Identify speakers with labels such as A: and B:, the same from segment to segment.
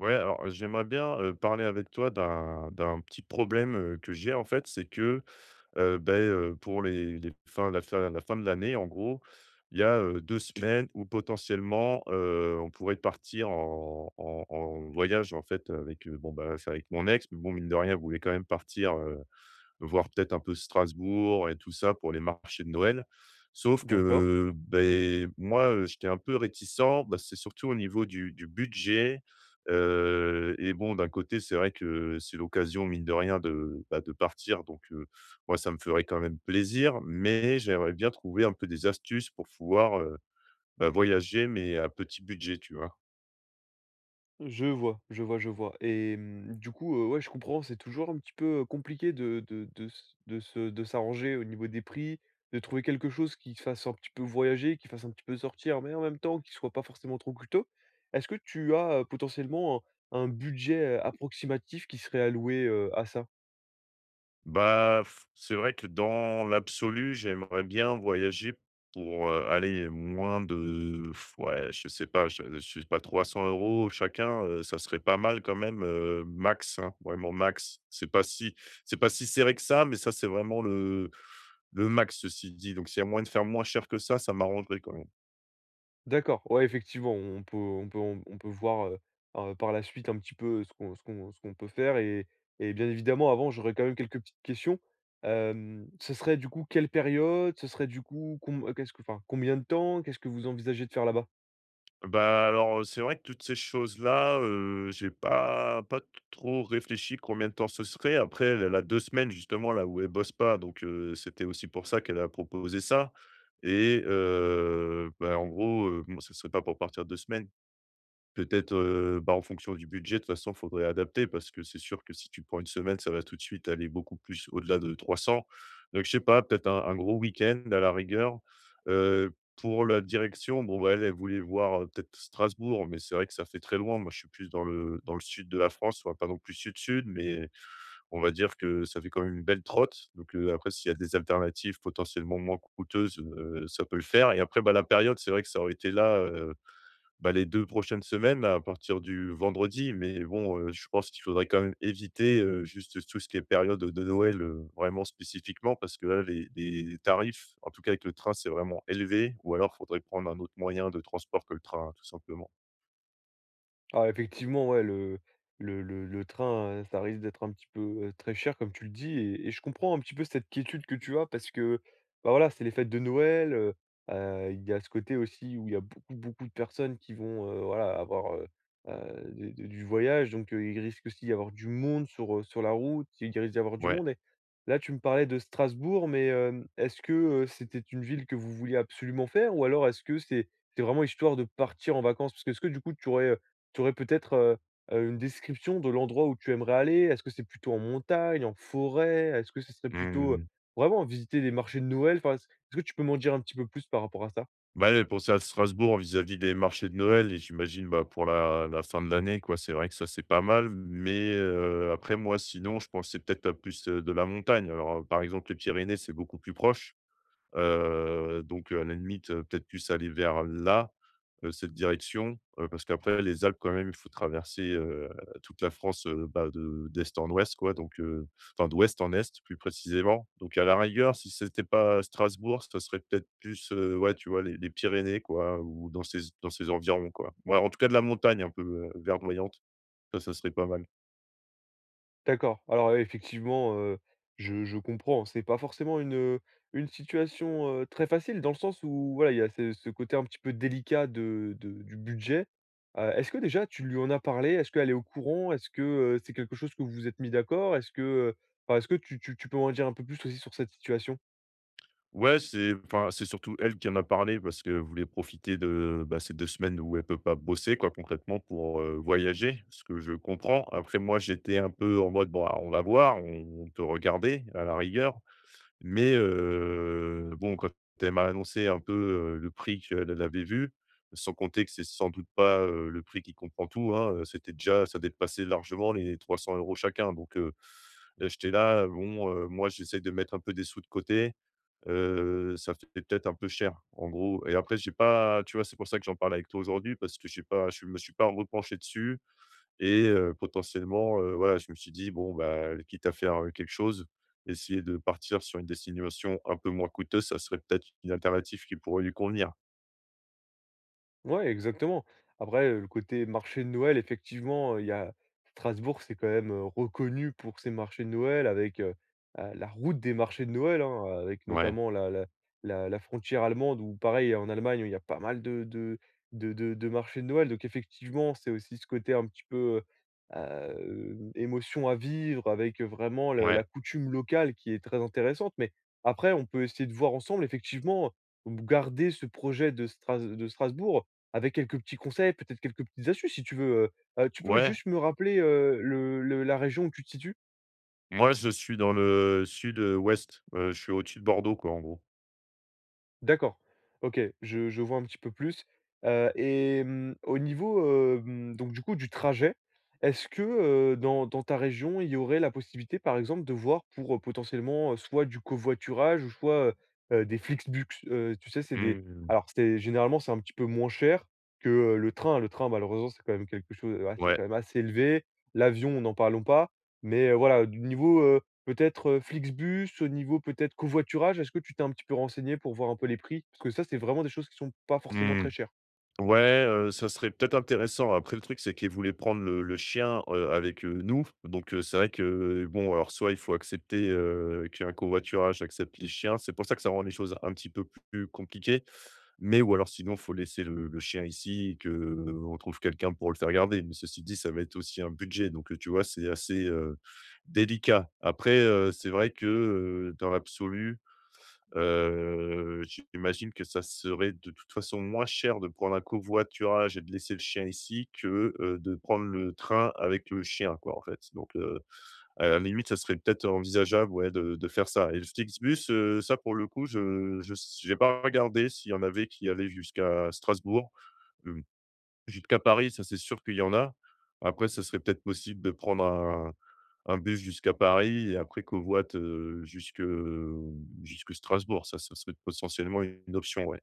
A: Ouais, alors, j'aimerais bien, parler avec toi d'un petit problème, que j'ai en fait. C'est que, pour les fins la fin de l'année en gros, il y a, 2 semaines où potentiellement, on pourrait partir en voyage en fait avec, bon, bah, c'est avec mon ex, mais bon mine de rien, elle voulait quand même partir, voir peut-être un peu Strasbourg et tout ça pour les marchés de Noël. Sauf
B: D'accord.
A: que, moi, j'étais un peu réticent, bah, c'est surtout au niveau du budget, et bon, d'un côté, c'est vrai que c'est l'occasion, mine de rien, de, bah, de partir donc moi, ça me ferait quand même plaisir, mais j'aimerais bien trouver un peu des astuces pour pouvoir, bah, voyager mais à petit budget, tu vois?
B: Je vois, je vois, je vois. Et du coup, ouais, je comprends, c'est toujours un petit peu, compliqué de s'arranger au niveau des prix, de trouver quelque chose qui fasse un petit peu voyager, qui fasse un petit peu sortir, mais en même temps qui soit pas forcément trop coûteux. Est-ce que tu as, potentiellement un budget, approximatif qui serait alloué, à ça?
A: Bah, f c'est vrai que dans l'absolu, j'aimerais bien voyager pour, aller moins de f ouais, je sais pas, je sais pas, 300 € chacun, ça serait pas mal quand même, max, hein, vraiment max. C'est pas si serré que ça, mais ça, c'est vraiment le max, ceci dit. Donc s'il y a moyen de faire moins cher que ça m'arrangerait quand même.
B: D'accord, ouais, effectivement, on peut voir, par la suite un petit peu ce qu'on peut faire et bien évidemment, avant, j'aurais quand même quelques petites questions. Hem, ce serait du coup quelle période? Ce serait du coup com qu'est-ce que enfin, combien de temps? Qu'est-ce que vous envisagez de faire là-bas?
A: Bah, alors, c'est vrai que toutes ces choses-là, j'ai pas trop réfléchi combien de temps ce serait. Après, elle a 2 semaines justement là où elle bosse pas, donc c'était aussi pour ça qu'elle a proposé ça et bah, en gros, moi, ce serait pas pour partir 2 semaines. Peut-être, bah, en fonction du budget, de toute façon, faudrait adapter parce que c'est sûr que si tu prends une semaine, ça va tout de suite aller beaucoup plus au-delà de 300. Donc je sais pas, peut-être un gros week-end à la rigueur. Pour la direction, bon, bah, elle, elle voulait voir, peut-être Strasbourg, mais c'est vrai que ça fait très loin. Moi, je suis plus dans le sud de la France, enfin, pas non plus sud-sud, mais on va dire que ça fait quand même une belle trotte. Donc, après, s'il y a des alternatives potentiellement moins coûteuses, ça peut le faire et après, bah, la période, c'est vrai que ça aurait été là, bah, les 2 prochaines semaines, là, à partir du vendredi, mais bon, je pense qu'il faudrait quand même éviter, juste tout ce qui est période de Noël, vraiment spécifiquement parce que là, les tarifs, en tout cas avec le train, c'est vraiment élevé ou alors il faudrait prendre un autre moyen de transport que le train, hein, tout simplement.
B: Ah, effectivement, ouais, le train, ça risque d'être un petit peu, très cher comme tu le dis et je comprends un petit peu cette quiétude que tu as parce que, bah, voilà, c'est les fêtes de Noël, il y a ce côté aussi où il y a beaucoup, beaucoup de personnes qui vont, voilà, avoir, des du voyage donc il risque aussi d'y avoir du monde sur, sur la route, il risque d'y avoir du
A: Ouais,
B: monde et là, tu me parlais de Strasbourg mais hem, est-ce que, c'était une ville que vous vouliez absolument faire ou alors est-ce que c'est vraiment histoire de partir en vacances? Parce que est-ce que du coup, tu aurais peut-être, une description de l'endroit où tu aimerais aller? Est-ce que c'est plutôt en montagne, en forêt? Est-ce que ce serait plutôt,
A: mmh,
B: vraiment visiter des marchés de Noël? Enfin, est-ce que tu peux m'en dire un petit peu plus par rapport à ça?
A: bah, ouais, penser à Strasbourg vis-à-vis des marchés de Noël et j'imagine, bah, pour la fin de l'année, quoi. C'est vrai que ça, c'est pas mal, mais après moi, sinon, je pensais peut-être à plus, de la montagne. Alors, par exemple, les Pyrénées, c'est beaucoup plus proche. Donc, à la limite, peut-être plus aller vers là, cette direction, parce qu'après les Alpes quand même, il faut traverser, toute la France, bah, de d'est en ouest quoi, donc, enfin d'ouest en est plus précisément. Donc à la rigueur, si c'était pas Strasbourg, ça serait peut-être plus, ouais, tu vois les Pyrénées quoi ou dans ces environs quoi. Ouais, en tout cas de la montagne un peu, verdoyante, ça serait pas mal.
B: D'accord, alors, ouais, effectivement, je comprends. C'est pas forcément une situation, très facile dans le sens où, voilà, il y a ce côté un petit peu délicat de du budget. Est-ce que déjà tu lui en as parlé? Est-ce qu'elle est au courant? Est-ce que, c'est quelque chose que vous vous êtes mis d'accord? Est-ce que, enfin, est-ce que tu peux m'en dire un peu plus aussi sur cette situation?
A: Ouais, c'est enfin, c'est surtout elle qui en a parlé parce qu'elle voulait profiter de, bah, ces 2 semaines où elle peut pas bosser quoi, concrètement pour, voyager, ce que je comprends. Après moi, j'étais un peu en mode: «Bon, ah, on va voir, on peut regarder à la rigueur». Mais, bon, quand elle m'a annoncé un peu, le prix qu'elle elle avait vu, sans compter que c'est sans doute pas, le prix qui comprend tout, hein, c'était déjà ça dépassait largement les 300 € chacun. Donc, j'étais là, bon, moi j'essaie de mettre un peu des sous de côté. Ça fait peut-être un peu cher, en gros et après j'ai pas tu vois, c'est pour ça que j'en parle avec toi aujourd'hui parce que j'ai pas je me suis pas repenché dessus et potentiellement, voilà, je me suis dit: «Bon, bah, quitte à faire, quelque chose, essayer de partir sur une destination un peu moins coûteuse, ça serait peut-être une alternative qui pourrait lui convenir».
B: Ouais, exactement. Après, le côté marché de Noël, effectivement, il y a Strasbourg, c'est quand même, reconnu pour ses marchés de Noël avec, la route des marchés de Noël, hein, avec
A: Ouais,
B: notamment la frontière allemande où pareil en Allemagne, il y a pas mal de marchés de Noël. Donc effectivement, c'est aussi ce côté un petit peu, euh, émotion à vivre avec vraiment le
A: ouais,
B: la coutume locale qui est très intéressante. Mais après, on peut essayer de voir ensemble effectivement, garder ce projet de Strasbourg. Avec quelques petits conseils, peut-être quelques petites astuces si tu veux, Tu peux
A: ouais.
B: juste me rappeler, le la région où tu te situes?
A: Moi, je suis dans le sud, ouest, je suis au-dessus de Bordeaux, quoi, en gros.
B: D'accord. OK, je vois un petit peu plus, et au niveau, hem, donc du coup du trajet, est-ce que, dans ta région, il y aurait la possibilité, par exemple, de voir pour, potentiellement, soit du covoiturage ou soit, des Flixbus? Tu sais, c'est des
A: Mmh.
B: alors c'est généralement, c'est un petit peu moins cher que, le train. Le train, malheureusement, c'est quand même quelque chose, ah, c'est quand
A: Ouais.
B: même assez élevé. L'avion, n'en parlons pas mais voilà, du niveau, peut-être, Flixbus, au niveau peut-être covoiturage, est-ce que tu t'es un petit peu renseigné pour voir un peu les prix? Parce que ça, c'est vraiment des choses qui sont pas forcément
A: Mmh.
B: très chères.
A: Ouais, ça serait peut-être intéressant. Après le truc, c'est qu'ils voulaient prendre le chien, avec, nous. Donc, c'est vrai que bon, alors soit il faut accepter, qu'un covoiturage accepte les chiens. C'est pour ça que ça rend les choses un petit peu plus compliquées. Mais ou alors sinon, il faut laisser le chien ici et que on trouve quelqu'un pour le faire garder. Mais ceci dit, ça va être aussi un budget. Donc, tu vois, c'est assez, délicat. Après, c'est vrai que, dans l'absolu. Heu, J'imagine que ça serait de toute façon moins cher de prendre un covoiturage et de laisser le chien ici que, de prendre le train avec le chien, quoi, en fait. Donc, à la limite, ça serait peut-être envisageable, ouais, de faire ça. Et le Flixbus, ça, pour le coup, je j'ai pas regardé s'il y en avait qui allaient jusqu'à Strasbourg. Hem, Jusqu'à Paris, ça, c'est sûr qu'il y en a. Après, ça serait peut-être possible de prendre un bus jusqu'à Paris et après covoit, jusque Strasbourg. Ça serait potentiellement une option, ouais.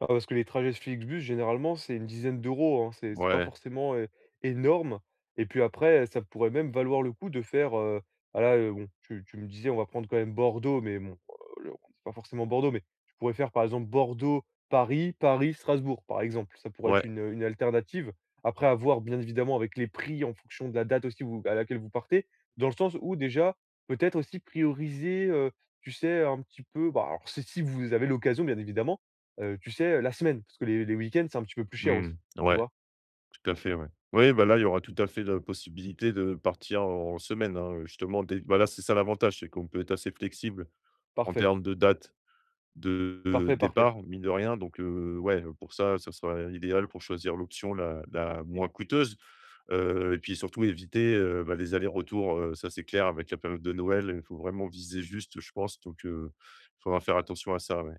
B: Ah, parce que les trajets Flixbus, généralement, c'est une dizaine d'euros, hein, c'est pas
A: Ouais,
B: forcément, énorme et puis après, ça pourrait même valoir le coup de faire, ah là, bon, tu me disais: «On va prendre quand même Bordeaux», mais bon, le c'est pas forcément Bordeaux, mais tu pourrais faire, par exemple, Bordeaux-Paris, Paris-Strasbourg, par exemple. Ça pourrait être
A: ouais,
B: une alternative. Après, à voir, bien évidemment, avec les prix en fonction de la date aussi où à laquelle vous partez, dans le sens où déjà, peut-être aussi prioriser, tu sais, un petit peu, bah, alors c'est si vous avez l'occasion, bien évidemment, tu sais, la semaine, parce que les week-ends, c'est un petit peu plus cher
A: mmh,
B: aussi, tu
A: ouais,
B: vois?
A: tout à fait, ouais. Oui, bah, là, il y aura tout à fait la possibilité de partir en semaine, hein, justement dès bah, là, c'est ça l'avantage, c'est qu'on peut être assez flexible en
B: Parfait,
A: termes de date de
B: parfait, parfait.
A: départ, mine de rien donc ouais, pour ça, ça sera idéal pour choisir l'option la moins coûteuse. Et puis surtout éviter, bah, les allers-retours, ça c'est clair avec la période de Noël, il faut vraiment viser juste, je pense, donc faudra faire attention à ça, ouais.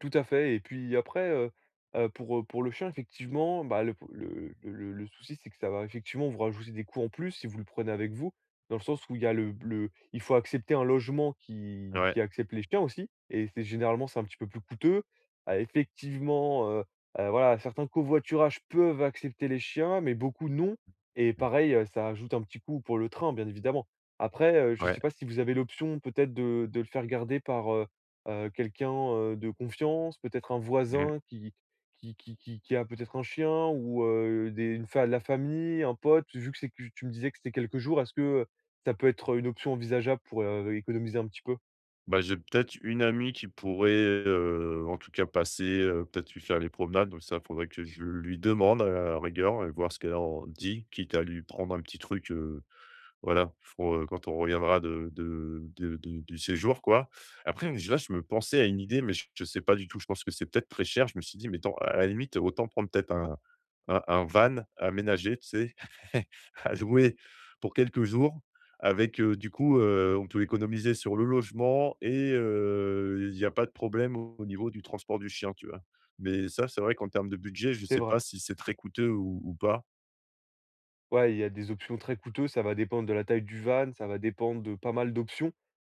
B: Tout à fait et puis après, pour le chien effectivement, bah, le souci c'est que ça va effectivement vous rajouter des coûts en plus si vous le prenez avec vous. Dans le sens où il y a le il faut accepter un logement qui
A: Ouais,
B: accepte les chiens aussi et c'est généralement c'est un petit peu plus coûteux. Effectivement, voilà, certains covoiturages peuvent accepter les chiens, mais beaucoup non et pareil, ça ajoute un petit coût pour le train bien évidemment. Après, je ne
A: ouais,
B: sais pas si vous avez l'option peut-être de le faire garder par, quelqu'un, de confiance, peut-être un
A: mmh.
B: voisin qui a peut-être un chien ou des une fa la famille, un pote. Vu que c'est que tu me disais que c'était quelques jours, est-ce que, ça peut être une option envisageable pour, économiser un petit peu?
A: Bah, j'ai peut-être une amie qui pourrait, en tout cas passer, peut-être lui faire les promenades, donc ça faudrait que je lui demande à la rigueur et voir ce qu'elle en dit, quitte à lui prendre un petit truc, voilà, faut, quand on reviendra de du séjour, quoi. Après, je là, je me pensais à une idée, mais je sais pas du tout. Je pense que c'est peut-être très cher. Je me suis dit: «Mais tant à la limite, autant prendre peut-être un van aménagé», tu sais? À louer pour quelques jours avec, du coup, on peut économiser sur le logement et il y a pas de problème au niveau du transport du chien, tu vois? Mais ça, c'est vrai qu'en termes de budget, je ne
B: C'est
A: sais
B: vrai.
A: pas si c'est très coûteux ou pas.
B: Ouais, il y a des options très coûteux, ça va dépendre de la taille du van, ça va dépendre de pas mal d'options,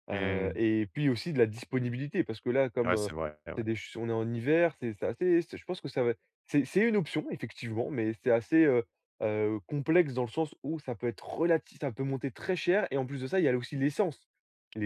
A: Mmh.
B: et puis aussi de la disponibilité. Parce que là, comme,
A: Ouais, c'est vrai, ouais.
B: c'est des ch on est en hiver, c'est assez c'est je pense que ça va c'est une option effectivement, mais c'est assez, complexe dans le sens où ça peut être relatif. Ça peut monter très cher et en plus de ça, il y a aussi l'essence.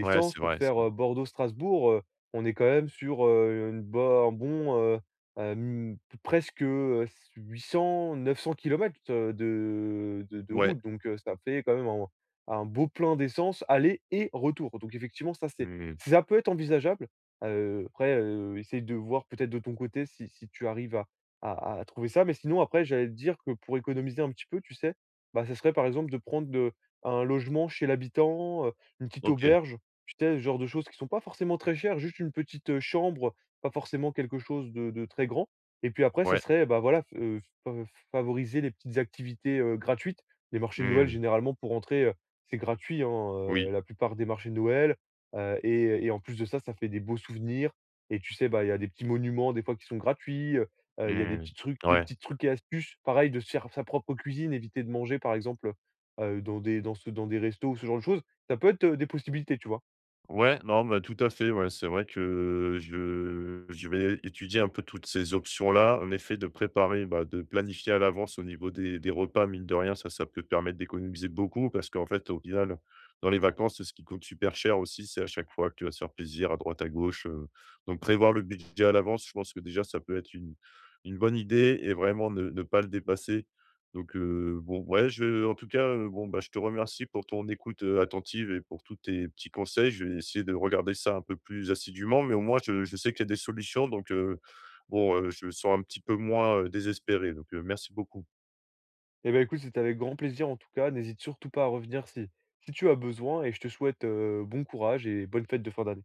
A: Ouais, c'est
B: pour
A: vrai.
B: faire, Bordeaux-Strasbourg, on est quand même sur, une bo un bon, hem, p presque, s 800-900 kilomètres de
A: Ouais.
B: route, donc ça fait quand même un beau plein d'essence aller et retour, donc effectivement ça c'est
A: Mmh.
B: ça peut être envisageable. Après, essaye de voir peut-être de ton côté si si tu arrives à trouver ça, mais sinon après j'allais te dire que pour économiser un petit peu, tu sais, bah, ça serait par exemple de prendre de un logement chez l'habitant, une petite
A: OK.
B: auberge, tu sais? Ce genre de choses qui sont pas forcément très chères, juste une petite, chambre, pas forcément quelque chose de très grand et puis après ça
A: Ouais.
B: serait, bah, voilà, f fa favoriser les petites activités, gratuites. Les marchés de Noël
A: Mmh.
B: généralement pour entrer, c'est gratuit, hein,
A: Oui.
B: la plupart des marchés de Noël, et en plus de ça, ça fait des beaux souvenirs et tu sais, bah, il y a des petits monuments des fois qui sont gratuits, il y a
A: Mmh.
B: des
A: Ouais.
B: petits trucs et astuces. Pareil de se faire sa propre cuisine, éviter de manger par exemple, dans des dans des restos ou ce genre de choses. Ça peut être, des possibilités, tu vois?
A: Ouais, non, bah, tout à fait, ouais. C'est vrai que je vais étudier un peu toutes ces options-là. En effet, de préparer, bah, de planifier à l'avance au niveau des repas, mine de rien, ça peut permettre d'économiser beaucoup parce qu'en fait, au final, dans les vacances, ce qui coûte super cher aussi, c'est à chaque fois que tu vas te faire plaisir à droite, à gauche, donc prévoir le budget à l'avance, je pense que déjà, ça peut être une bonne idée et vraiment ne pas le dépasser. Donc bon, ouais, je en tout cas, bon, bah, je te remercie pour ton écoute, attentive et pour tous tes petits conseils. Je vais essayer de regarder ça un peu plus assidûment, mais au moins je sais qu'il y a des solutions donc bon, je me sens un petit peu moins, désespéré donc merci beaucoup.
B: Eh ben, écoute, c'était avec grand plaisir en tout cas. N'hésite surtout pas à revenir si si tu as besoin et je te souhaite, bon courage et bonne fête de fin d'année.